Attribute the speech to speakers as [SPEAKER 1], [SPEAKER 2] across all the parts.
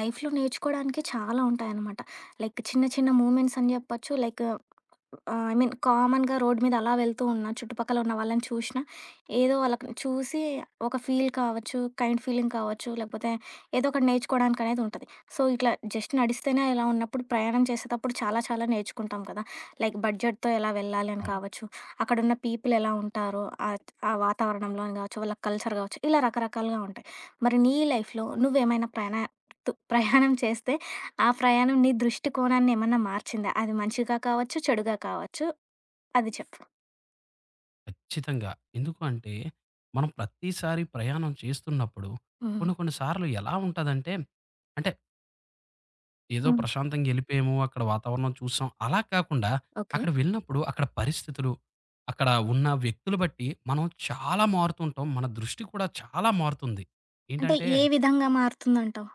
[SPEAKER 1] లైఫ్‌లో నేర్చుకోవడానికి చాలా ఉంటాయనమాట. లైక్ చిన్న చిన్న మూమెంట్స్ అని చెప్పొచ్చు. లైక్ ఆ! ఐ మీన్ కామన్‌గా రోడ్ మీద అలా వెళ్తూ ఉన్నా, చుట్టుపక్కల ఉన్న వాళ్ళని చూషినా, ఏదో వాళ్ళకి చూసి ఒక ఫీల్ కావచ్చు, కైండ్ ఫీలింగ్ కావచ్చు, లేకపోతే ఏదో ఒకటి నేర్చుకోవడానికనేది ఉంటది. సో, ఇట్లా జస్ట్ నడిస్తేనే ఇలా ఉన్నప్పుడు ప్రయాణం చేసేటప్పుడు చాలా చాలా నేర్చుకుంటాం కదా! లైక్ బడ్జెట్‌తో ఎలా వెళ్ళాలి అని
[SPEAKER 2] అవును.
[SPEAKER 1] కావచ్చు, అక్కడున్న పీపుల్ ఎలా ఉంటారో, ఆహ్, ఆ వాతావరణంలో అని కావచ్చు, వాళ్ళ కల్చర్ కావచ్చు, ఇలా రకరకాలుగా ఉంటాయి. మరి నీ లైఫ్‌లో నువ్వేమైనా ప్రయాణం చేస్తే ఆ ప్రయాణం నీ దృష్టి కోణాన్ని ఏమన్నా మార్చిందా? అది మంచిగా కావచ్చు, చెడుగా కావచ్చు. అది చెప్పు.
[SPEAKER 2] ఖచ్చితంగా. ఎందుకు అంటే, మనం ప్రతిసారి ప్రయాణం చేస్తున్నప్పుడు
[SPEAKER 1] హ్మ్.
[SPEAKER 2] కొన్ని కొన్ని సార్లు ఎలా ఉంటదంటే, అంటే ఏదో
[SPEAKER 1] హ్మ్.
[SPEAKER 2] ప్రశాంతంగా ఎళ్ళిపోయాము, అక్కడ వాతావరణం చూసాం. అలా కాకుండా
[SPEAKER 1] ఓకే.
[SPEAKER 2] అక్కడ వెళ్ళినప్పుడు అక్కడ పరిస్థితులు, అక్కడ ఉన్న వ్యక్తులు బట్టి మనం చాలా మారుతుంటాం. మన దృష్టి కూడా చాలా మారుతుంది.
[SPEAKER 1] అంటే
[SPEAKER 2] ఏంటంటే,
[SPEAKER 1] ఏ విధంగా మారుతుందంటావు?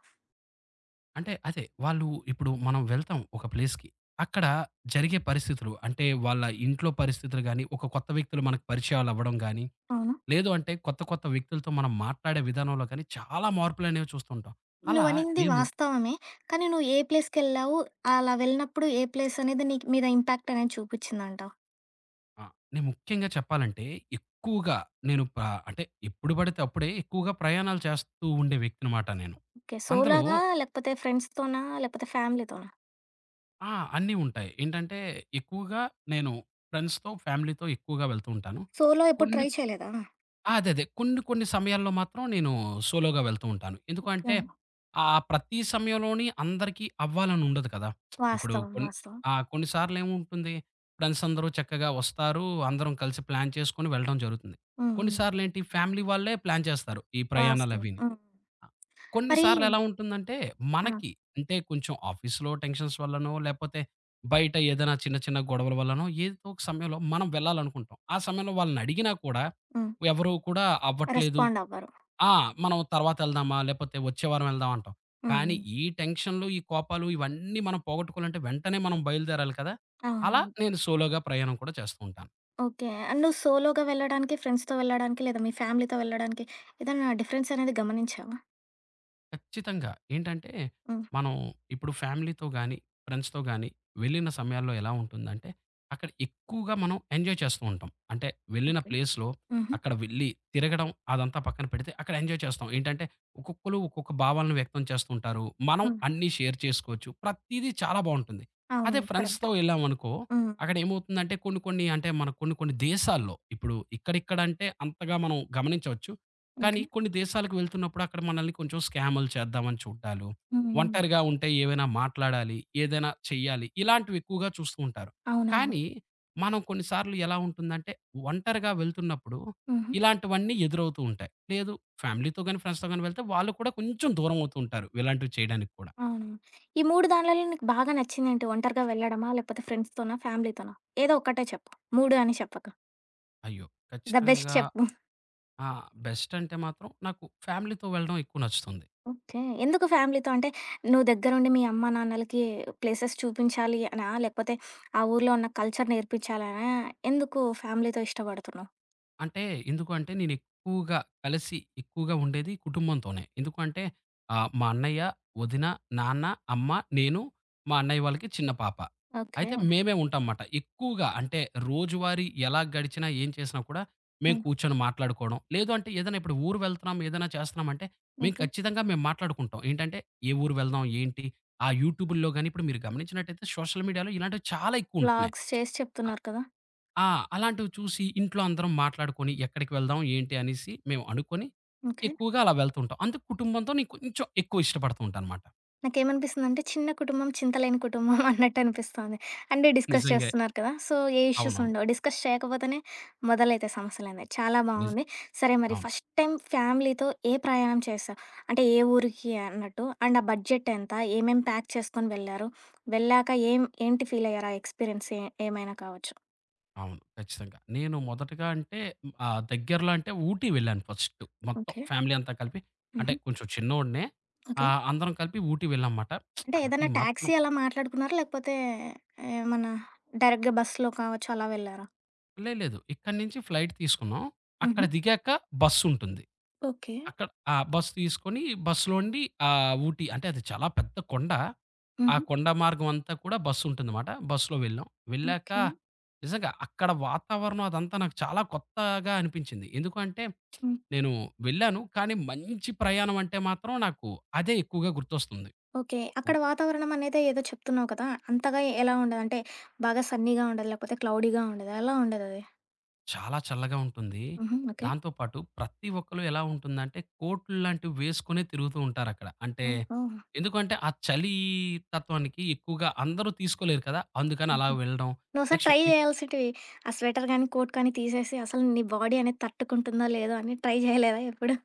[SPEAKER 2] అంటే అదే వాళ్ళు ఇప్పుడు మనం వెళ్తాం ఒక ప్లేస్‌కి. అక్కడ జరిగే పరిస్థితులు అంటే వాళ్ళ ఇంట్లో పరిస్థితులు గాని, ఒక కొత్త వ్యక్తులు మనకు పరిచయాలు అవ్వడం గాని
[SPEAKER 1] అవును.
[SPEAKER 2] లేదు అంటే కొత్త కొత్త వ్యక్తులతో మనం మాట్లాడే విధానంలో కానీ చాలా మార్పులనేవి చూస్తుంటాం. అలా
[SPEAKER 1] నువ్వనింది
[SPEAKER 2] నేను ము
[SPEAKER 1] వాస్తవమే. కానీ నువ్వు ఏ ప్లేస్‌కెళ్ళావు? అలా వెళ్ళినప్పుడు ఏ ప్లేస్ అనేది నీకు మీద ఇంపాక్ట్ అనేది చూపిచ్చిందంటావు?
[SPEAKER 2] ఆ! నేను ముఖ్యంగా చెప్పాలంటే ఎక్కువగా నేను ప అంటే ఎప్పుడు పడితే అప్పుడే ఎక్కువగా ప్రయాణాలు చేస్తూ ఉండే వ్యక్తినమాట నేను.
[SPEAKER 1] ఓకే.
[SPEAKER 2] అందులో
[SPEAKER 1] సోలోగా? లేకపోతే ఫ్రెండ్స్‌తోనా? లేకపోతే ఫ్యామిలీతోనా?
[SPEAKER 2] అన్నీ ఉంటాయి. ఏంటంటే ఎక్కువగా నేను ఫ్రెండ్స్‌తో, ఫ్యామిలీతో ఎక్కువగా వెళ్తూ ఉంటాను.
[SPEAKER 1] సోలో ఎప్పుడు
[SPEAKER 2] కొన్ని
[SPEAKER 1] ట్రై చేయలేదా?
[SPEAKER 2] ఆ! అదదే. కొన్ని కొన్ని సమయాల్లో మాత్రం నేను సోలోగా వెళ్తూ ఉంటాను. ఎందుకు
[SPEAKER 1] ఓకే.
[SPEAKER 2] అంటే, ఆ ప్రతి సమయంలోని అందరికీ అవ్వాలని ఉండదు కదా! ఇప్పుడు
[SPEAKER 1] వాస్తవం.
[SPEAKER 2] కొన్
[SPEAKER 1] వాస్తవం.
[SPEAKER 2] ఆ! కొన్ని సార్లు ఏముంటుంది, ఫ్రెండ్స్ అందరూ చక్కగా వస్తారు. అందరం కలిసి ప్లాన్ చేసుకొని వెళ్ళడం జరుగుతుంది.
[SPEAKER 1] హ్మ్. హ్మ్.
[SPEAKER 2] కొన్నిసార్లేంటి ఫ్యామిలీ వాళ్ళే ప్లాన్ చేస్తారు. ఈ
[SPEAKER 1] వాస్తవం.
[SPEAKER 2] ప్రయాణాలవీని.
[SPEAKER 1] హ్మ్.
[SPEAKER 2] ఆ! కొన్ని
[SPEAKER 1] మరి
[SPEAKER 2] సార్లు ఎలా ఉంటుందంటే,
[SPEAKER 1] ఆ!
[SPEAKER 2] మనకి అంటే కొంచెం ఆఫీస్‌లో టెన్షన్స్ వల్లనో, లేపోతే బయట ఏదైనా చిన్న చిన్న గొడవల వల్లనో, ఏదో ఒక సమయంలో మనం వెళ్ళాలనుకుంటాం. ఆ సమయంలో వాళ్ళని అడిగినా కూడా
[SPEAKER 1] హ్మ్.
[SPEAKER 2] ఎవరు కూడా అవ్వట్లేదు.
[SPEAKER 1] రెస్పాండ్ అవ్వరు.
[SPEAKER 2] ఆ! మనం తర్వాత ఎళ్దామా, లేపోతే వచ్చే వారం ఎళ్దాం అంటాం.
[SPEAKER 1] హ్మ్.
[SPEAKER 2] కానీ
[SPEAKER 1] హ్మ్.
[SPEAKER 2] ఈ టెన్షన్‌లు, ఈ కోపాలు ఇవన్నీ మనం పోగొట్టుకోవాలంటే వెంటనే మనం బయలుదేరాలి కదా! అలా
[SPEAKER 1] అవునవును.
[SPEAKER 2] నేను సోలోగా ప్రయాణం కూడా చేస్తూ ఉంటాను.
[SPEAKER 1] ఓకే. అండ్ నువ్వు సోలోగా వెళ్ళడానికి, ఫ్రెండ్స్‌తో వెళ్ళడానికి, లేదా మీ ఫ్యామిలీతో వెళ్ళడానికి ఏదైనా డిఫరెన్స్ అనేది గమనించావా?
[SPEAKER 2] ఖచ్చితంగా. ఏంటంటే,
[SPEAKER 1] హ్మ్.
[SPEAKER 2] మనం ఇప్పుడు ఫ్యామిలీతో గాని, ఫ్రెండ్స్‌తో గాని వెళ్ళిన సమయాల్లో ఎలా ఉంటుందంటే, అక్కడ ఎక్కువగా మనం ఎంజాయ్ చేస్తూ ఉంటాం. అంటే వెళ్ళిన
[SPEAKER 1] ఓకే.
[SPEAKER 2] ప్లేస్‌లో
[SPEAKER 1] హుహు.
[SPEAKER 2] అక్కడ వెళ్లి తిరగడం అదంతా పక్కన పెడితే అక్కడ ఎంజాయ్ చేస్తాం. ఏంటంటే, ఒక్కొక్కళ్ళు ఒక్కొక్క భావాలను వ్యక్తం చేస్తుంటారు. మనం
[SPEAKER 1] హ్మ్.
[SPEAKER 2] అన్నీ షేర్ చేసుకోవచ్చు. ప్రతీదీ చాలా బావుంటుంది. అదే
[SPEAKER 1] అవును.
[SPEAKER 2] ఫ్రెండ్స్‌తో
[SPEAKER 1] కరెక్ట్.
[SPEAKER 2] వెళ్ళామనుకో,
[SPEAKER 1] హ్మ్.
[SPEAKER 2] అక్కడ ఏమవుతుందంటే కొన్ని కొన్ని అంటే మనకు కొన్ని కొన్ని దేశాల్లో ఇప్పుడు ఇక్కడిక్కడ అంటే అంతగా మనం గమనించవచ్చు. కానీ
[SPEAKER 1] ఓకే.
[SPEAKER 2] కొన్ని దేశాలకు వెళ్తున్నప్పుడు అక్కడ మనల్ని కొంచెం స్కాములు చేద్దామని చూడ్డాలు,
[SPEAKER 1] హ్మ్. హ్మ్.
[SPEAKER 2] ఒంటరిగా ఉంటే ఏవైనా మాట్లాడాలి, ఏదైనా చెయ్యాలి. ఇలాంటివి ఎక్కువగా చూస్తూ ఉంటారు.
[SPEAKER 1] అవునవును.
[SPEAKER 2] కానీ మనం కొన్నిసార్లు ఎలా ఉంటుందంటే ఒంటరిగా వెళ్తున్నప్పుడు
[SPEAKER 1] హుహు.
[SPEAKER 2] ఇలాంటివన్నీ ఎదురవుతూ ఉంటాయి. లేదు ఫ్యామిలీతో గాని, ఫ్రెండ్స్‌తో గాని వెళ్తే వాళ్ళు కూడా కొంచెం దూరం అవుతూ ఉంటారు. ఇలాంటివి చేయడానికి కూడా.
[SPEAKER 1] అవును. ఈ 3 దాన్లలో నీకు బాగా నచ్చిందేంటి? ఒంటరిగా వెళ్ళడమా? లేకపోతే ఫ్రెండ్స్‌తోనా? ఫ్యామిలీతోనా? ఏదో ఒక్కటే చెప్పు. 3 అని చెప్పకు.
[SPEAKER 2] అయ్యో!
[SPEAKER 1] ద బెస్ట్
[SPEAKER 2] ఖచ్చితంగా.
[SPEAKER 1] చెప్పు.
[SPEAKER 2] ఆ! బెస్ట్ అంటే మాత్రం నాకు ఫ్యామిలీతో వెళ్ళడం ఎక్కువ నచ్చుతుంది.
[SPEAKER 1] ఓకే. ఎందుకు ఫ్యామిలీతో? అంటే నువ్వు దగ్గరుండి మీ అమ్మ, నాన్నలకి ప్లేసెస్ చూపించాలి అనా? లేకపోతే ఆ ఊర్లో ఉన్న కల్చర్ నేర్పించాలనా? ఎందుకు ఫ్యామిలీతో ఇష్టపడుతున్నావు?
[SPEAKER 2] అంటే ఎందుకు అంటే నేను ఎక్కువగా కలిసి ఎక్కువగా ఉండేది కుటుంబంతోనే. ఎందుకు అంటే మా అన్నయ్య, వదిన, నాన్న, అమ్మ, నేను, మా అన్నయ్య వాళ్ళకి చిన్న పాప.
[SPEAKER 1] ఓకే.
[SPEAKER 2] అయితే మేమే ఉంటాంమాట. ఎక్కువగా అంటే రోజువారీ ఎలా గడిచినా, ఏం చేసినా కూడా మేము
[SPEAKER 1] హ్మ్.
[SPEAKER 2] కూర్చొని మాట్లాడుకోవడం. లేదు అంటే ఏదైనా ఇప్పుడు ఊరు వెళ్తున్నాం, ఏదైనా చేస్తున్నాం అంటే మేము
[SPEAKER 1] ఓకే.
[SPEAKER 2] ఖచ్చితంగా మేము మాట్లాడుకుంటాం. ఏంటంటే ఏ ఊరు వెళ్దాం? ఏంటి? ఆ యూట్యూబుల్లో గాని ఇప్పుడు మీరు గమనించినట్టయితే సోషల్ మీడియాలో ఇలాంటివి చాలా ఎక్కువ ఉంటున్నాయి.
[SPEAKER 1] వ్లాగ్స్ చేసి చెప్తున్నారు కదా!
[SPEAKER 2] ఆ! అలాంటివి చూసి ఇంట్లో అందరం మాట్లాడుకొని, ఎక్కడికి వెళ్దాం, ఏంటి అనేసి మేము అనుకొని,
[SPEAKER 1] ఓకే.
[SPEAKER 2] ఎక్కువగా అలా వెళ్తూ ఉంటాం. అందుకు కుటుంబంతో నేను కొంచెం ఎక్కువ ఇష్టపడుతూ ఉంటానమాట.
[SPEAKER 1] నాకేమనిపిస్తుందంటే చిన్న కుటుంబం చింతలేని కుటుంబం అన్నట్టనిపిస్తోంది. అంటే డిస్కస్
[SPEAKER 2] నిజంగే.
[SPEAKER 1] చేస్తున్నారు కదా! సో, ఏ ఇష్యూస్
[SPEAKER 2] అవునవును.
[SPEAKER 1] ఉండవు. డిస్కస్ చేయకపోతేనే మొదలైతాయి సమస్యలనేవి. చాలా
[SPEAKER 2] నిజ
[SPEAKER 1] బావుంది. సరే మరి
[SPEAKER 2] అవును.
[SPEAKER 1] ఫస్ట్ టైమ్ ఫ్యామిలీతో ఏ ప్రయాణం చేశావు? అంటే ఏ ఊరికి అన్నట్టు? అండ్ ఆ బడ్జెట్ ఎంత? ఏమేం ప్యాక్ చేసుకొని వెళ్లారు? వెళ్ళాక ఏంటి ఫీలయ్యారు? ఆ ఎక్స్‌పీరియన్స్ ఏమైనా కావచ్చు.
[SPEAKER 2] అవును. ఖచ్చితంగా. నేను మొదటగా అంటే దగ్గరలో అంటే ఊటీ వెళ్ళాను ఫస్ట్. మొత్తం
[SPEAKER 1] ఓకే.
[SPEAKER 2] ఫ్యామిలీ అంతా కలిపి అంటే
[SPEAKER 1] హుహు.
[SPEAKER 2] కొంచెం చిన్నోడినే.
[SPEAKER 1] ఓకే.
[SPEAKER 2] అందరం కలిపి ఊటీ వెళ్ళాంమాట.
[SPEAKER 1] అంటే
[SPEAKER 2] అది
[SPEAKER 1] ఏదైనా
[SPEAKER 2] మాత్రం
[SPEAKER 1] టాక్సీ అలా మాట్లాడుకున్నారా? లేకపోతే ఏమన్నా డైరెక్ట్‌గా బస్‌లో కావచ్చు అలా వెళ్లారా?
[SPEAKER 2] లే లేదు. ఇక్కడి నుంచి ఫ్లైట్ తీసుకున్నాం. అక్కడ
[SPEAKER 1] హుహు.
[SPEAKER 2] దిగాక బస్సుంటుంది.
[SPEAKER 1] ఓకే.
[SPEAKER 2] అక్కడ బస్ తీసుకొని బస్‌లోండి ఊటీ అంటే అది చాలా పెద్ద కొండ. ఆ
[SPEAKER 1] హుహు.
[SPEAKER 2] కొండ మార్గం అంతా కూడా బస్సు ఉంటుందమాట. బస్సులో వెళ్ళాం. వెళ్ళాక
[SPEAKER 1] ఓకే.
[SPEAKER 2] నిజంగా అక్కడ వాతావరణం అదంతా నాకు చాలా కొత్తగా అనిపించింది. ఎందుకు అంటే
[SPEAKER 1] హ్మ్.
[SPEAKER 2] నేను వెళ్ళాను. కానీ మంచి ప్రయాణం అంటే మాత్రం నాకు అదే ఎక్కువగా గుర్తొస్తుంది.
[SPEAKER 1] ఓకే. అక్కడ వాతావరణం అనేది ఏదో చెప్తున్నావు కదా! అంతగా ఎలా ఉండదు? అంటే బాగా సన్నీగా ఉండదా? లేకపోతే క్లౌడీగా ఉండదా? ఎలా ఉండదది?
[SPEAKER 2] చాలా చల్లగా ఉంటుంది.
[SPEAKER 1] హుహు. ఓకే.
[SPEAKER 2] దాంతో పాటు ప్రతి ఒక్కళ్ళు ఎలా ఉంటుందంటే, కోటులు లాంటివి వేసుకొనే తిరుగుతూ ఉంటారక్కడ. అంటే
[SPEAKER 1] ఓహో!
[SPEAKER 2] ఎందుకంటే, ఆ చలీ తత్వానికి ఎక్కువగా అందరూ తీసుకోలేరు కదా! అందుకని అలా
[SPEAKER 1] ఓకే.
[SPEAKER 2] వెళ్ళడం.
[SPEAKER 1] నువ్వోసారి
[SPEAKER 2] నెక్స్ట్
[SPEAKER 1] ట్రై చేయాల్సిటివి. ఆ స్వెటర్ గానీ, కోట్ కానీ తీసేసి అసలు నీ బాడీ అనేది తట్టుకుంటుందో లేదో అని ట్రై చేయలేదా ఎప్పుడు?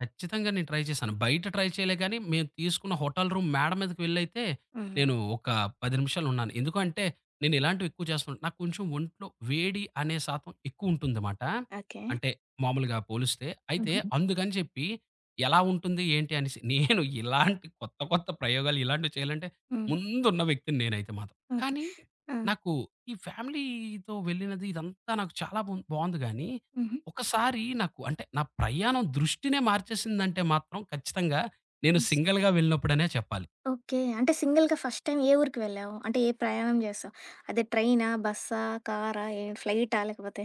[SPEAKER 2] ఖచ్చితంగా నేను ట్రై చేశాను. బయట ట్రై చేయలే గానీ, మేము తీసుకున్న హోటల్ రూమ్ మేడ మీదకి వెళ్ళైతే,
[SPEAKER 1] హుహు.
[SPEAKER 2] నేను ఒక 10 నిమిషాలున్నాను. ఎందుకంటే, నేను ఇలాంటివి ఎక్కువ చేస్తున్నాను. నాకు కొంచెం ఒంట్లో వేడి అనే శాతం ఎక్కువుంటుందమాట.
[SPEAKER 1] ఓకే.
[SPEAKER 2] అంటే, మామూలుగా పోలిస్తే. అయితే,
[SPEAKER 1] హుహు.
[SPEAKER 2] అందుకని చెప్పి ఎలా ఉంటుంది, ఏంటి అనేసి నేను ఇలాంటి కొత్త, కొత్త ప్రయోగాలు ఇలాంటివి చేయాలంటే,
[SPEAKER 1] హ్మ్.
[SPEAKER 2] ముందున్న వ్యక్తిని నేనైతే మాత్రం.
[SPEAKER 1] ఓకే.
[SPEAKER 2] కానీ,
[SPEAKER 1] ఆ!
[SPEAKER 2] నాకు ఈ ఫ్యామిలీతో వెళ్ళినది ఇదంతా నాకు చాలా బు బావుంది గానీ
[SPEAKER 1] హుహు.
[SPEAKER 2] ఒకసారి నాకు అంటే నా ప్రయాణం దృష్టినే మార్చేసిందంటే మాత్రం ఖచ్చితంగా నేను సింగిల్‌గా వెళ్ళినప్పుడనే చెప్పాలి.
[SPEAKER 1] ఓకే. అంటే సింగిల్‌గా ఫస్ట్ టైమ్ ఏ ఊరికి వెళ్ళావు? అంటే ఏ ప్రయాణం చేశావు? అదే ట్రైనా? బస్సా? కారా? ఏ ఫ్లైటా? లేకపోతే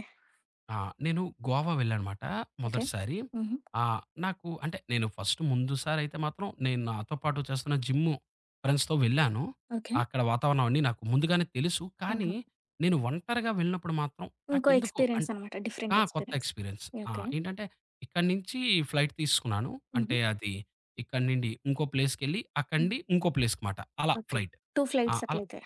[SPEAKER 2] ఆ! నేను గోవా వెళ్ళానమాట
[SPEAKER 1] ఓకే.
[SPEAKER 2] మొదటిసారి.
[SPEAKER 1] హుహు.
[SPEAKER 2] నాకు అంటే నేను ఫస్ట్ ముందుసారయితే మాత్రం నేను నాతో పాటు చేస్తున్న జిమ్ము ఫ్రెండ్స్‌తో వెళ్ళాను.
[SPEAKER 1] ఓకే.
[SPEAKER 2] అక్కడ వాతావరణం అన్నీ నాకు ముందుగానే తెలుసు. కానీ
[SPEAKER 1] ఆహా!
[SPEAKER 2] నేను ఒంటరిగా వెళ్ళినప్పుడు మాత్రం
[SPEAKER 1] ఇంకో
[SPEAKER 2] నాకెందుకో అన్
[SPEAKER 1] ఎక్స్‌పీరియన్స్ అనమాట. డిఫరెంట్
[SPEAKER 2] ఆ! కొత్త
[SPEAKER 1] ఎక్స్‌పీరియన్స్.
[SPEAKER 2] ఎక్స్‌పీరియన్స్. ఆ!
[SPEAKER 1] ఓకే.
[SPEAKER 2] ఏంటంటే ఇక్కడి నుంచి ఫ్లైట్ తీసుకున్నాను.
[SPEAKER 1] హుహు.
[SPEAKER 2] అంటే అది ఇక్కడి నుండి ఇంకో ప్లేస్‌కెళ్ళి,
[SPEAKER 1] హ్మ్.
[SPEAKER 2] అక్కడి ఇంకో ప్లేస్‌కి మాట. అలా
[SPEAKER 1] ఓకే.
[SPEAKER 2] ఫ్లైట్.
[SPEAKER 1] 2
[SPEAKER 2] ఆ!
[SPEAKER 1] ఫ్లైట్స్
[SPEAKER 2] అలా
[SPEAKER 1] అట్లయితే.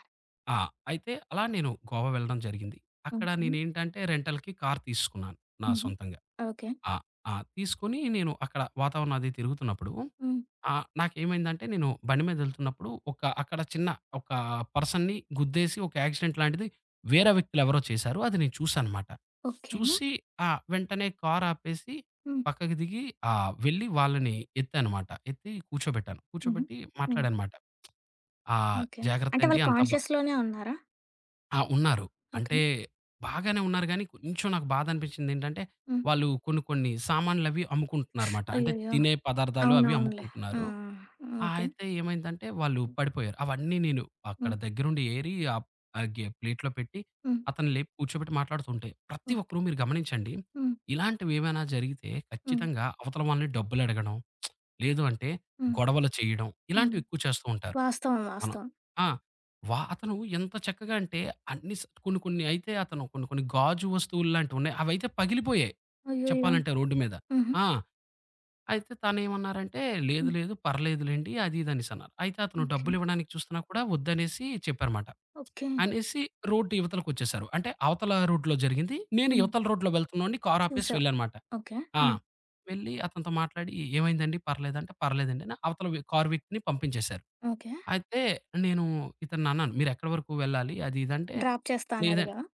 [SPEAKER 2] ఆ! అయితే అలా నేను గోవా వెళ్ళడం జరిగింది. అక్కడ
[SPEAKER 1] ఓకే.
[SPEAKER 2] నేనేంటంటే రెంటల్‌కి కార్ తీసుకున్నాను నా
[SPEAKER 1] హుహు.
[SPEAKER 2] సొంతంగా.
[SPEAKER 1] ఓకే.
[SPEAKER 2] ఆ! ఆ! తీసుకొని నేను అక్కడ వాతావరణం అది తిరుగుతున్నప్పుడు
[SPEAKER 1] హ్మ్.
[SPEAKER 2] నాకేమైందంటే నేను బండి మీదెళ్తున్నప్పుడు ఒక అక్కడ చిన్న ఒక పర్సన్‌ని గుద్దేసి ఒక యాక్సిడెంట్ లాంటిది వేరే వ్యక్తులెవరో చేశారు. అది నేను చూసానమాట.
[SPEAKER 1] ఓకే.
[SPEAKER 2] చూసి ఆ! వెంటనే కారాపేసి
[SPEAKER 1] హ్మ్.
[SPEAKER 2] పక్కకి దిగి వెళ్లి వాళ్ళని ఎత్తానమాట. ఎత్తి కూర్చోబెట్టాను.
[SPEAKER 1] హుహు.
[SPEAKER 2] కూర్చోబెట్టి
[SPEAKER 1] హ్మ్.
[SPEAKER 2] మాట్లాడానమాట. "ఆ!
[SPEAKER 1] ఓకే. అంటే
[SPEAKER 2] జాగ్రత్తండి
[SPEAKER 1] వాళ్ళు
[SPEAKER 2] అంతా బ".
[SPEAKER 1] కాన్షియస్‌లోనే ఉన్నారా?
[SPEAKER 2] ఉన్నారు.
[SPEAKER 1] ఓకే.
[SPEAKER 2] అంటే బాగానే ఉన్నారు గానీ, కొంచెం నాకు బాధనిపించిందేంటంటే,
[SPEAKER 1] హ్మ్.
[SPEAKER 2] వాళ్ళు కొన్ని కొన్ని సామాన్లవి అమ్ముకుంటున్నారమాట. అంటే
[SPEAKER 1] అయ్యయ్యో!
[SPEAKER 2] తినే పదార్థాలు అవి
[SPEAKER 1] అవునవునులే. ఆ!
[SPEAKER 2] అమ్ముకుంటున్నారు.
[SPEAKER 1] ఆ! ఓకే.
[SPEAKER 2] అయితే ఏమైందంటే వాళ్ళు పడిపోయారు. అవన్నీ నేను అక్కడ
[SPEAKER 1] హ్మ్.
[SPEAKER 2] దగ్గరుండి ఏరి ఆహ్, ఆహ్, గె ప్లేట్‌లో పెట్టి
[SPEAKER 1] హ్మ్.
[SPEAKER 2] అతన్ని లేపి కూర్చోబెట్టి మాట్లాడుతుంటే, ప్రతి
[SPEAKER 1] ఓకే.
[SPEAKER 2] ఒక్కరు మీరు గమనించండి.
[SPEAKER 1] హ్మ్.
[SPEAKER 2] ఇలాంటివేమైనా జరిగితే
[SPEAKER 1] హ్మ్.
[SPEAKER 2] ఖచ్చితంగా అవతల వాళ్ళని డబ్బులడగడం, లేదు అంటే
[SPEAKER 1] హ్మ్. హ్మ్.
[SPEAKER 2] గొడవలు చేయడం
[SPEAKER 1] హ్మ్.
[SPEAKER 2] ఇలాంటివి ఎక్కువ చేస్తూ ఉంటారు.
[SPEAKER 1] వాస్తవం.
[SPEAKER 2] మనం
[SPEAKER 1] వాస్తవం.
[SPEAKER 2] ఆ! వా అతను ఎంత చక్కగా అంటే అన్ని స్ కొన్ని కొన్ని అయితే అతను కొన్ని కొన్ని గాజు వస్తువుల్లాంటివి ఉన్నాయి. అవైతే పగిలిపోయాయి.
[SPEAKER 1] అయ్యయ్యో!
[SPEAKER 2] చెప్పాలంటే రోడ్డు మీద.
[SPEAKER 1] హుహు.
[SPEAKER 2] ఆ! అయితే తనేమన్నారంటే, "లేదు
[SPEAKER 1] హ్మ్.
[SPEAKER 2] లేదు పర్లేదులెండి" అది ఇది అనేసన్నారు. అయితే అతను
[SPEAKER 1] ఓకే.
[SPEAKER 2] డబ్బులివ్వడానికి చూస్తున్నా కూడా వద్దనేసి చెప్పారమాట.
[SPEAKER 1] ఓకే.
[SPEAKER 2] అనేసి రోడ్డు ఇవతలకొచ్చేశారు. అంటే అవతల రోడ్‌లో జరిగింది. నేను
[SPEAKER 1] హ్మ్.
[SPEAKER 2] ఇవతల రోడ్‌లో వెళ్తున్నాండి కార్ ఆపేసి
[SPEAKER 1] చూసావు.
[SPEAKER 2] వెళ్ళానమాట.
[SPEAKER 1] ఓకే.
[SPEAKER 2] ఆ!
[SPEAKER 1] హ్మ్.
[SPEAKER 2] వెళ్ళి అతనితో మాట్లాడి "ఏమైందండి పర్లేదంటే," "పర్లేదండి" అని అవతల కార్ వ్యక్తిని పంపించేశారు.
[SPEAKER 1] ఓకే.
[SPEAKER 2] అయితే నేను ఇతన్ని అన్నాను "మీరెక్కడి వరకు వెళ్ళాలి?" అది ఇది అంటే,
[SPEAKER 1] డ్రాప్ చేస్తా అని
[SPEAKER 2] లేదం
[SPEAKER 1] అడిగావా?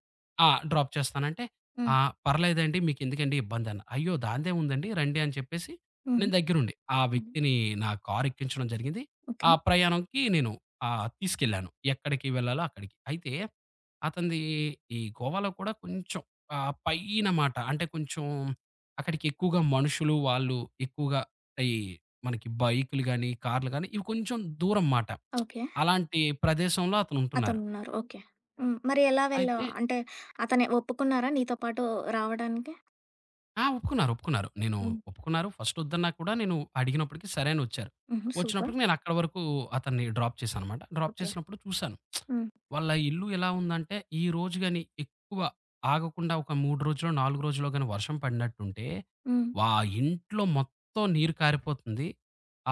[SPEAKER 2] ఆ! డ్రాప్ చేస్తానంటే,
[SPEAKER 1] హ్మ్.
[SPEAKER 2] "ఆ! పర్లేదండి మీకెందుకండి ఇబ్బందన్న." "అయ్యో! దాందేముందండి రండి" అని చెప్పేసి
[SPEAKER 1] హుహు.
[SPEAKER 2] నేను దగ్గరుండి ఆ
[SPEAKER 1] హ్మ్.
[SPEAKER 2] వ్యక్తిని నా కార్ ఎక్కించడం జరిగింది. ఆ
[SPEAKER 1] ఓకే.
[SPEAKER 2] ప్రయాణంకి నేను తీసుకెళ్ళాను. ఎక్కడికి వెళ్ళాలో అక్కడికి. అయితే అతనిది ఈ గోవాలో కూడా కొంచెం పైన మాట. అంటే కొంచెం అక్కడికి ఎక్కువగా మనుషులు వాళ్ళు ఎక్కువగా ఈ మనకి బైకులు గాని, కార్లు గాని ఇవి కొంచెం దూరం మాట.
[SPEAKER 1] ఓకే.
[SPEAKER 2] అలాంటి ప్రదేశంలో అతనుంటున్నారు.
[SPEAKER 1] అతనున్నారు. ఓకే. హ్మ్. మరి ఎలా వెళ్ళావు?
[SPEAKER 2] అయితే
[SPEAKER 1] అంటే అతను ఒప్పుకున్నారా నీతో పాటు రావడానికి?
[SPEAKER 2] ఒప్పుకున్నారు. ఒప్పుకున్నారు. నేను
[SPEAKER 1] హ్మ్.
[SPEAKER 2] ఒప్పుకున్నారు. ఫస్ట్ ఒద్దన్నా కూడా నేను అడిగినప్పటికి సరే అని ఒచ్చారు.
[SPEAKER 1] హుహు. సూపర్.
[SPEAKER 2] ఒచ్చినప్పటికి నేను అక్కడి వరకు అతన్ని డ్రాప్ చేశాననమాట. Drop
[SPEAKER 1] okay.
[SPEAKER 2] చేసినప్పుడు చూశాను.
[SPEAKER 1] హ్మ్.
[SPEAKER 2] వాళ్ళ ఇల్లు ఎలా ఉందంటే, ఈ రోజు గాని ఎక్కువ ఆగకుండా ఒక 3 రోజులో, 4 రోజులో గాని వర్షం పడినట్టుంటే,
[SPEAKER 1] హ్మ్.
[SPEAKER 2] వా ఇంట్లో మొత్తం నీరు కారిపోతుంది.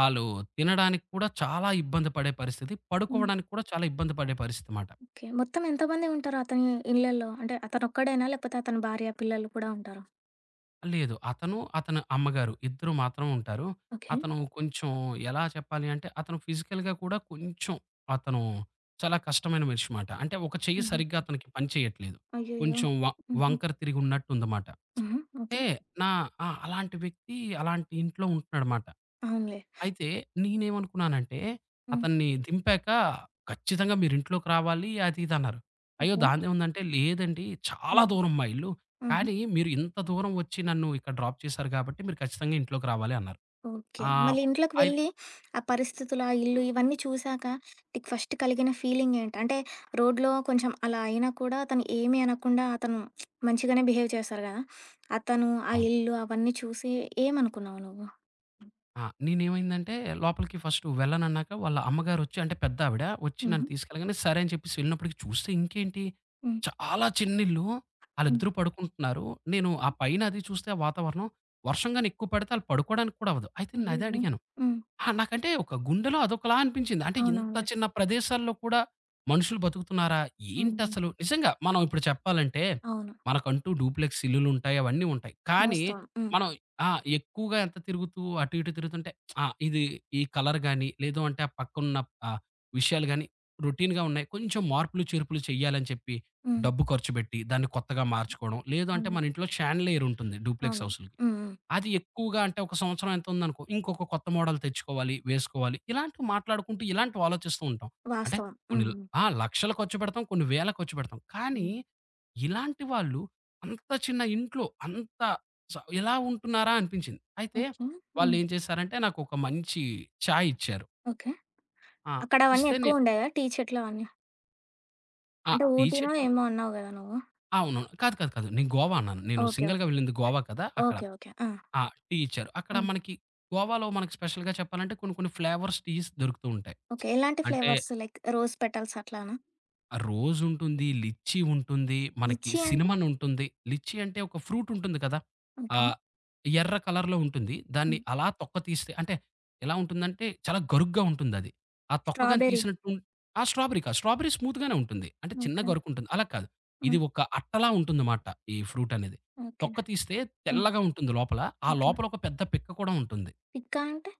[SPEAKER 2] ఆళ్ళు తినడానికి కూడా చాలా ఇబ్బంది పడే పరిస్థితి.
[SPEAKER 1] హ్మ్.
[SPEAKER 2] పడుకోవడానికి కూడా చాలా ఇబ్బంది పడే పరిస్థితి మాట.
[SPEAKER 1] ఓకే. మొత్తం ఎంతమంది ఉంటారు అతని ఇళ్ళల్లో? అంటే అతనొక్కడేనా? లేకపోతే అతని భార్య, పిల్లలు కూడా ఉంటారా?
[SPEAKER 2] లేదు. అతను, అతని అమ్మగారు ఇద్దరు మాత్రం ఉంటారు.
[SPEAKER 1] ఓకే.
[SPEAKER 2] అతను కొంచెం ఎలా చెప్పాలి అంటే అతను ఫిజికల్‌గా కూడా కొంచెం అతను చాలా కష్టమైన మనిషి మాట. అంటే ఒక చెయ్యి
[SPEAKER 1] హుహు.
[SPEAKER 2] సరిగ్గా అతనికి పని చేయట్లేదు.
[SPEAKER 1] అయ్యయ్యో!
[SPEAKER 2] కొంచెం వ
[SPEAKER 1] హుహు.
[SPEAKER 2] వంకర తిరిగి ఉన్నట్టుందమాట.
[SPEAKER 1] హుహు.
[SPEAKER 2] అంటే
[SPEAKER 1] ఓకే.
[SPEAKER 2] నా ఆ! అలాంటి వ్యక్తి అలాంటి ఇంట్లో ఉంటున్నాడమాట.
[SPEAKER 1] అవునులే.
[SPEAKER 2] అయితే నేనేమనుకున్నానంటే,
[SPEAKER 1] హ్మ్.
[SPEAKER 2] అతన్ని దింపాక ఖచ్చితంగా మీరింట్లోకి రావాలి అది ఇది అన్నారు. అయ్యో!
[SPEAKER 1] ఓకే.
[SPEAKER 2] దాందేముందంటే, లేదండి చాలా
[SPEAKER 1] హ్మ్.
[SPEAKER 2] దూరం మా ఇల్లు.
[SPEAKER 1] హుహు.
[SPEAKER 2] కానీ మీరు ఇంత దూరం వచ్చి నన్ను ఇక్కడ డ్రాప్ చేశారు కాబట్టి మీరు ఖచ్చితంగా ఇంట్లోకి రావాలి అన్నారు.
[SPEAKER 1] ఓకే.
[SPEAKER 2] ఆహ్,
[SPEAKER 1] మళ్ళీ ఇంట్లోకి
[SPEAKER 2] అయి
[SPEAKER 1] వెళ్ళి ఆ పరిస్థితులు, ఆ ఇల్లు ఇవన్నీ చూసాక నీకు ఫస్ట్ కలిగిన ఫీలింగ్ ఏంటి? అంటే రోడ్‌లో కొంచెం అలా అయినా కూడా అతను ఏమీ అనకుండా అతను మంచిగానే బిహేవ్ చేస్తారు గదా! అతను, ఆ
[SPEAKER 2] అవును.
[SPEAKER 1] ఇల్లు అవన్నీ చూసి ఏమనుకున్నావు నువ్వు?
[SPEAKER 2] నేనేమైందంటే లోపలికి ఫస్ట్ వెళ్ళనన్నాక వాళ్ళ అమ్మగారొచ్చి అంటే పెద్దావిడ, వచ్చి నన్ను
[SPEAKER 1] హుహు.
[SPEAKER 2] తీసుకెళ్ళగానే సరే అని చెప్పేసి వెళ్ళినప్పటికి చూస్తే ఇంకేంటి
[SPEAKER 1] హ్మ్.
[SPEAKER 2] చాలా చిన్నిల్లు.
[SPEAKER 1] హ్మ్.
[SPEAKER 2] ఆళ్ళిద్దరూ పడుకుంటున్నారు. నేను ఆ పైన అది చూస్తే ఆ వాతావరణం వర్షం గాని ఎక్కువ పడితే ఆళ్ళు పడుకోవడానికి కూడా అవ్వదు. అయితే నేనదే
[SPEAKER 1] అయ్యయ్యో!
[SPEAKER 2] అడిగాను.
[SPEAKER 1] హ్మ్.
[SPEAKER 2] నాకంటే ఒక గుండెలో అదొకలా అనిపించింది. అంటే ఇంత
[SPEAKER 1] అవునవునులే.
[SPEAKER 2] చిన్న ప్రదేశాల్లో కూడా మనుషులు బతుకుతున్నారా?
[SPEAKER 1] హ్మ్. హ్మ్.
[SPEAKER 2] ఏంటసలు? నిజంగా మనం ఇప్పుడు చెప్పాలంటే
[SPEAKER 1] అవును.
[SPEAKER 2] మనకంటూ డూప్లెక్స్ ఇల్లులుంటాయి. అవన్నీ ఉంటాయి. కానీ
[SPEAKER 1] వాస్తవం. హ్మ్.
[SPEAKER 2] మనం ఆ! ఎక్కువగా ఎంత తిరుగుతూ అటు ఇటు తిరుగుతుంటే ఆ! ఇది ఈ కలర్ గాని, లేదు అంటే ఆ పక్కనున్న ఆహ్, విషయాలు గాని రొటీన్‌గా ఉన్నాయి. కొంచెం మార్పులు చేర్పులు చేయాలని చెప్పి
[SPEAKER 1] హ్మ్.
[SPEAKER 2] డబ్బు ఖర్చుపెట్టి దాన్ని కొత్తగా మార్చుకోవడం. లేదు అంటే
[SPEAKER 1] అవును.
[SPEAKER 2] మన ఇంట్లో షాన్లియర్ ఉంటుంది డూప్లెక్స్
[SPEAKER 1] అవును.
[SPEAKER 2] హౌస్‌లకి.
[SPEAKER 1] హ్మ్. హ్మ్.
[SPEAKER 2] అది ఎక్కువగా అంటే ఒక సంవత్సరం ఎంత ఉందనుకో, ఇంకొక కొత్త మోడల్ తెచ్చుకోవాలి, వేసుకోవాలి. ఇలాంటివి మాట్లాడుకుంటూ ఇలాంటివి ఆలోచిస్తూ ఉంటాం. అంటే
[SPEAKER 1] వాస్తవం.
[SPEAKER 2] కొన్ని
[SPEAKER 1] హ్మ్.
[SPEAKER 2] ల-
[SPEAKER 1] హ్మ్.
[SPEAKER 2] ఆ! లక్షలు ఖర్చు పెడతాం, కొన్ని వేల ఖర్చు పెడతాం. కానీ
[SPEAKER 1] హ్మ్.
[SPEAKER 2] ఇలాంటి వాళ్ళు అంత చిన్న ఇంట్లో అంత స ఇలా ఉంటున్నారా అనిపించింది. అయితే
[SPEAKER 1] ఓకే. హ్మ్.
[SPEAKER 2] వాళ్ళేం చేశారంటే నాకొక మంచి చాయ్ ఇచ్చారు.
[SPEAKER 1] ఓకే.
[SPEAKER 2] ఆ!
[SPEAKER 1] అక్కడ అవన్నీ
[SPEAKER 2] ఇస్తే నే
[SPEAKER 1] ఎక్కువుండేవా? టీ చెట్లవన్నీ?
[SPEAKER 2] ఆ!
[SPEAKER 1] అంటే
[SPEAKER 2] టీ
[SPEAKER 1] ఊటీనో
[SPEAKER 2] చెట్లు
[SPEAKER 1] ఏమో అన్నావు గదా నువ్వు.
[SPEAKER 2] అవును. కాదు, కాదు, కాదు. నేను గోవా అన్నాను. నేను
[SPEAKER 1] ఓకే.
[SPEAKER 2] సింగిల్‌గా
[SPEAKER 1] ఓకే.
[SPEAKER 2] వెళ్ళింది గోవా కదా! అక్కడ.
[SPEAKER 1] ఓకే. ఓకే. ఆ!
[SPEAKER 2] ఆ! టీ ఇచ్చారు. అక్కడ
[SPEAKER 1] హ్మ్.
[SPEAKER 2] మనకి గోవాలో మనకు స్పెషల్‌గా చెప్పాలంటే కొన్ని కొన్ని ఫ్లేవర్స్ టీస్ దొరుకుతూ ఉంటాయి.
[SPEAKER 1] ఓకే. ఎలాంటి
[SPEAKER 2] అంటే
[SPEAKER 1] ఫ్లేవర్స్ లైక్ రోజ్ పెటల్స్ అట్లానా?
[SPEAKER 2] రోజ్ ఉంటుంది, లిచ్చీ ఉంటుంది, మనకి
[SPEAKER 1] లిచ్చి అంటే?
[SPEAKER 2] సినమన్ ఉంటుంది. లిచ్చీ అంటే ఒక ఫ్రూట్ ఉంటుంది కదా!
[SPEAKER 1] ఓకే.
[SPEAKER 2] ఆహ్, ఎర్ర కలర్‌లో ఉంటుంది. దాన్ని
[SPEAKER 1] హ్మ్.
[SPEAKER 2] అలా తొక్క తీస్తే అంటే ఎలా ఉంటుందంటే చాలా గరుగ్గా ఉంటుందది. ఆ తొక్క గాని
[SPEAKER 1] స్ట్రాబెర్రీ.
[SPEAKER 2] తీసినట్టు స్ట్రాబెర్రీ కాదు. స్ట్రాబెర్రీ స్మూత్ గానే ఉంటుంది. అంటే చిన్న
[SPEAKER 1] ఓకే.
[SPEAKER 2] గరుకుంటుంది. అలా కాదు. ఇది
[SPEAKER 1] హ్మ్.
[SPEAKER 2] ఒక అట్టలా ఉంటుందన్నమాట ఈ ఫ్రూట్ అనేది.
[SPEAKER 1] ఓకే.
[SPEAKER 2] తొక్క తీస్తే
[SPEAKER 1] హ్మ్.
[SPEAKER 2] తెల్లగా ఉంటుంది లోపల. ఆ
[SPEAKER 1] ఓకే.
[SPEAKER 2] లోపల ఒక పెద్ద పిక్క కూడా ఉంటుంది.
[SPEAKER 1] పిక్కా అంటే?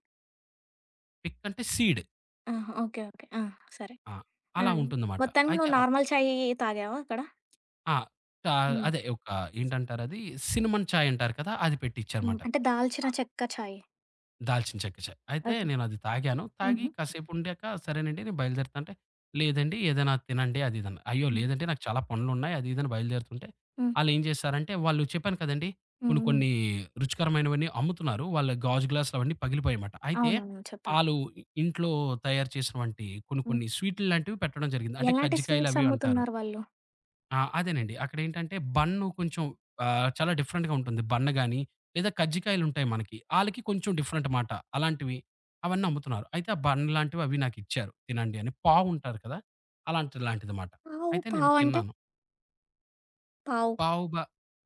[SPEAKER 2] పిక్ అంటే సీడ్.
[SPEAKER 1] ఆహా! ఓకే. ఓకే. ఆ! సరే.
[SPEAKER 2] ఆ!
[SPEAKER 1] ఆ!
[SPEAKER 2] అలా ఉంటుందమాట.
[SPEAKER 1] మొత్తానికి
[SPEAKER 2] అయితే
[SPEAKER 1] నువ్వు
[SPEAKER 2] అల్
[SPEAKER 1] నార్మల్ చాయ్ తాగావా అక్కడ?
[SPEAKER 2] ఆ! ట
[SPEAKER 1] హ్మ్.
[SPEAKER 2] అదే ఒక ఏంటంటారది, సినమన్ చాయ్ అంటారు కదా! అది
[SPEAKER 1] హ్మ్.
[SPEAKER 2] పెట్టిచ్చారుమాట.
[SPEAKER 1] అంటే దాల్చిన చెక్క చాయ్.
[SPEAKER 2] దాల్చిన చెక్క చాయ్. అయితే
[SPEAKER 1] ఓకే.
[SPEAKER 2] నేనది తాగాను. తాగి
[SPEAKER 1] హుహు.
[SPEAKER 2] కాసేపుండాక సరేనండి నేను బయలుదేరుతా అంటే, లేదండి ఏదైనా తినండి అది ఇది అన్నా. అయ్యో!
[SPEAKER 1] హ్మ్.
[SPEAKER 2] లేదంటే నాకు చాలా పనులున్నాయి అది ఇది అని బయలుదేరుతుంటే,
[SPEAKER 1] హ్మ్.
[SPEAKER 2] ఆళ్ళేం చేశారంటే వాళ్ళు చెప్పాను కదండీ!
[SPEAKER 1] హ్మ్.
[SPEAKER 2] కొన్ని
[SPEAKER 1] హ్మ్.
[SPEAKER 2] కొన్ని రుచికరమైనవన్నీ అమ్ముతున్నారు. వాళ్ళ గాజు గ్లాసులు అవన్నీ పగిలిపోయాయిమాట. అయితే
[SPEAKER 1] అవునవును. చెప్పావు.
[SPEAKER 2] ఆళ్ళు ఇంట్లో తయారు చేసినవంటి కొన్ని
[SPEAKER 1] హ్మ్.
[SPEAKER 2] కొన్ని స్వీటుల్లాంటివి పెట్టడం జరిగింది. అంటే
[SPEAKER 1] ఎలాంటి
[SPEAKER 2] కజ్జికాయలు
[SPEAKER 1] స్వీట్స్
[SPEAKER 2] అవి అంటారు.
[SPEAKER 1] అమ్ముతున్నారు వాళ్ళు?
[SPEAKER 2] అదేనండి. అక్కడేంటంటే బన్ను కొంచెం చాలా డిఫరెంట్‌గా ఉంటుంది. బన్ గాని, లేదా కజ్జికాయలుంటాయి మనకి. ఆళ్ళకి కొంచెం డిఫరెంట్ మాట. అలాంటివి అవన్నీ అమ్ముతున్నారు. అయితే ఆ బన్ లాంటివి అవి నాకిచ్చారు తినండి అని. పావ్ ఉంటారు కదా! అలాంటి లాంటిది మాట.
[SPEAKER 1] పావు,
[SPEAKER 2] అయితే నేను
[SPEAKER 1] పావంటే?
[SPEAKER 2] తిన్నాను.
[SPEAKER 1] పావు.
[SPEAKER 2] పావు బ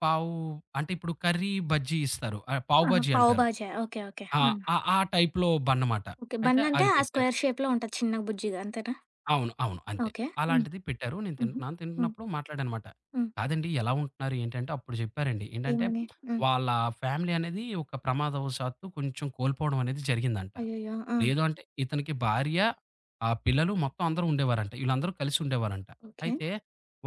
[SPEAKER 2] పావు అంటే ఇప్పుడు కర్రీ బజ్జీ ఇస్తారు. పావు
[SPEAKER 1] ఆహా!
[SPEAKER 2] బజ్జీ
[SPEAKER 1] పావు
[SPEAKER 2] అంటారు.
[SPEAKER 1] బాజా. ఓకే. ఓకే.
[SPEAKER 2] ఆ!
[SPEAKER 1] హ్మ్.
[SPEAKER 2] ఆ టైప్‌లో బన్ మాట.
[SPEAKER 1] ఓకే. బన్
[SPEAKER 2] అయితే
[SPEAKER 1] అంటే
[SPEAKER 2] అది
[SPEAKER 1] ఆ
[SPEAKER 2] పెట్టారు.
[SPEAKER 1] స్క్వేర్ షేప్‌లో ఉంటది చిన్నగా బుజ్జిగా అంతేనా?
[SPEAKER 2] అవును. అవును. అంతే.
[SPEAKER 1] ఓకే. హ్మ్.
[SPEAKER 2] అలాంటిది పెట్టారు. నేను
[SPEAKER 1] హుహు.
[SPEAKER 2] తింటున్నాను.
[SPEAKER 1] హ్మ్.
[SPEAKER 2] తింటున్నప్పుడు మాట్లాడానమాట.
[SPEAKER 1] హ్మ్.
[SPEAKER 2] కాదండి ఎలా ఉంటున్నారు ఏంటంటే అప్పుడు చెప్పారండి. ఏంటంటే
[SPEAKER 1] ఏమని? హ్మ్.
[SPEAKER 2] వాళ్ళ ఫ్యామిలీ అనేది ఒక ప్రమాదవశాత్తు కొంచెం కోల్పోవడం అనేది జరిగిందంట.
[SPEAKER 1] అయ్యయ్యో! ఆ!
[SPEAKER 2] లేదు అంటే ఇతనికి భార్య, ఆ పిల్లలు మొత్తం అందరూ ఉండేవారంట. వీళ్ళందరూ కలిసి ఉండేవారంట.
[SPEAKER 1] ఓకే.
[SPEAKER 2] అయితే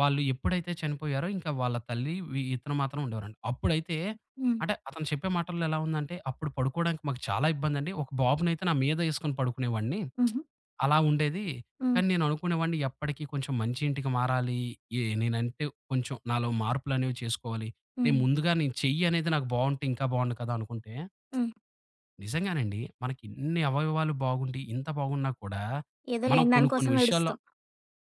[SPEAKER 2] వాళ్ళు ఎప్పుడైతే చనిపోయారో ఇంకా వాళ్ళ తల్లి ఇతను మాత్రం ఉండేవారంట. అప్పుడైతే
[SPEAKER 1] హ్మ్.
[SPEAKER 2] అంటే అతను చెప్పే మాటల్లో ఎలా ఉందంటే "అప్పుడు పడుకోవడానికి మాకు చాలా ఇబ్బందండి. ఒక బాబునైతే నా మీద ఏసుకొని పడుకునేవాడిని.
[SPEAKER 1] హుహు.
[SPEAKER 2] అలా ఉండేది."
[SPEAKER 1] హ్మ్.
[SPEAKER 2] కానీ నేననుకునేవాడిని ఎప్పటికి కొంచెం మంచి ఇంటికి మారాలి. నేనంటే కొంచెం నాలో మార్పులనేవి చేసుకోవాలి. నేను
[SPEAKER 1] హ్మ్.
[SPEAKER 2] ముందుగా నేను చెయ్యి అనేది నాకు బావుంటే ఇంకా బావుండు కదా! అనుకుంటే
[SPEAKER 1] హ్మ్.
[SPEAKER 2] నిజంగానండి మనకి ఇన్ని అవయవాలు బాగుండి, ఇంత బాగున్నా కూడా
[SPEAKER 1] ఏదో
[SPEAKER 2] మనం
[SPEAKER 1] లేని
[SPEAKER 2] కొన్ని కొన్ని
[SPEAKER 1] దానికోసం
[SPEAKER 2] విషయాల్లో
[SPEAKER 1] ఏడుస్తాం.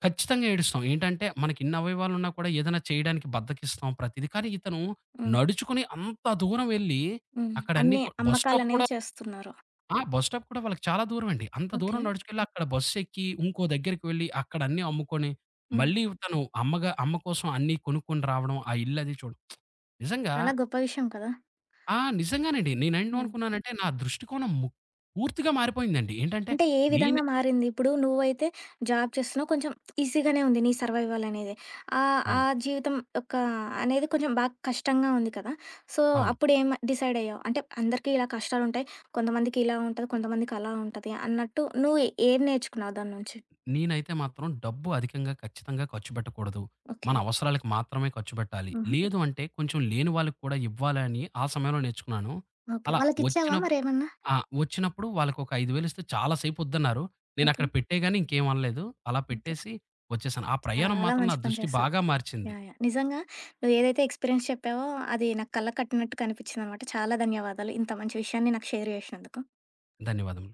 [SPEAKER 2] ఖచ్చితంగా ఏడుస్తాం. ఏంటంటే మనకి ఇన్ని అవయవాలున్నా కూడా ఏదైనా చేయడానికి బద్ధకిస్తాం ప్రతీది. కానీ ఇతను
[SPEAKER 1] హ్మ్.
[SPEAKER 2] నడుచుకొని అంత దూరం వెళ్లి
[SPEAKER 1] హ్మ్.
[SPEAKER 2] అక్కడ అన్ని
[SPEAKER 1] అన్నీ
[SPEAKER 2] కొ బస్ స్టాప్
[SPEAKER 1] అమ్మకాలనేవి
[SPEAKER 2] కూడా
[SPEAKER 1] చేస్తున్నారు.
[SPEAKER 2] ఆ! బస్ స్టాప్ కూడా వాళ్ళకి చాలా దూరమండి. అంత
[SPEAKER 1] ఓకే.
[SPEAKER 2] దూరం నడుచుకెళ్ళి అక్కడ బస్సెక్కి, ఇంకో దగ్గరికి వెళ్ళి, అక్కడ అన్నీ అమ్ముకొని,
[SPEAKER 1] హ్మ్.
[SPEAKER 2] మళ్ళీ తను అమ్మ కోసం అన్నీ కొనుక్కొని రావడం, ఆ ఇల్లది చూడడం. నిజంగా
[SPEAKER 1] చాలా గొప్ప విషయం కదా!
[SPEAKER 2] నిజంగానండి.
[SPEAKER 1] యాహ్!
[SPEAKER 2] నేనేమనుకున్నానంటే నా దృష్టికోణం పూర్తిగా మారిపోయిందండి. ఏంటంటే
[SPEAKER 1] అంటే ఏ
[SPEAKER 2] నేను
[SPEAKER 1] విధంగా మారింది? ఇప్పుడు నువ్వైతే జాబ్ చేస్తున్నావు. కొంచెం ఈజీగానే ఉంది నీ సర్వైవల్ అనేది. ఆహ్, ఆ
[SPEAKER 2] అవును.
[SPEAKER 1] జీవితం యొక్క అనేది కొంచెం బాగా కష్టంగా ఉంది కదా! సో,
[SPEAKER 2] అవును.
[SPEAKER 1] అప్పుడేం డిసైడ్ అయ్యావు? అంటే అందరికీ ఇలా కష్టాలుంటాయి. కొంతమందికి ఇలా ఉంటది. కొంతమందికి అలా ఉంటది అన్నట్టు నువ్వు ఏం నేర్చుకున్నావు దాని నుంచి?
[SPEAKER 2] నేనైతే మాత్రం డబ్బు అధికంగా ఖచ్చితంగా ఖర్చు పెట్టకూడదు. మన
[SPEAKER 1] ఓకే.
[SPEAKER 2] అవసరాలకు మాత్రమే ఖర్చు పెట్టాలి.
[SPEAKER 1] హుహు.
[SPEAKER 2] లేదు అంటే కొంచెం లేని వాళ్ళకి కూడా ఇవ్వాలి అని ఆ సమయంలో నేర్చుకున్నాను.
[SPEAKER 1] ఓకే.
[SPEAKER 2] అలా వచ్చిన
[SPEAKER 1] వాళ్ళకిచ్చావా మరేమన్నా?
[SPEAKER 2] ఆ! వచ్చినప్పుడు వాళ్ళకొక 5,000 ఇస్తే చాలా సేపొద్దన్నారు.
[SPEAKER 1] ఓకే.
[SPEAKER 2] నేనక్కడ పెట్టేగాని ఇంకేం అనలేదు. అలా
[SPEAKER 1] ఓకే.
[SPEAKER 2] పెట్టేసి వచ్చేసాను. ఆ ప్రయాణం
[SPEAKER 1] చాలా
[SPEAKER 2] మాత్రం నా
[SPEAKER 1] మంచి పని
[SPEAKER 2] దృష్టి
[SPEAKER 1] చేశావు.
[SPEAKER 2] బాగా మార్చింది.
[SPEAKER 1] యాహ్! యాహ్! నిజంగా నువ్వు ఏదైతే ఎక్స్‌పీరియన్స్ చెప్పావో అది నాకు కళ్ళకు కట్టినట్టు కనిపించిందనమాట. చాలా ధన్యవాదాలు. ఇంత మంచి విషయాన్ని నాకు షేర్ చేసినందుకు.
[SPEAKER 2] ధన్యవాదములు.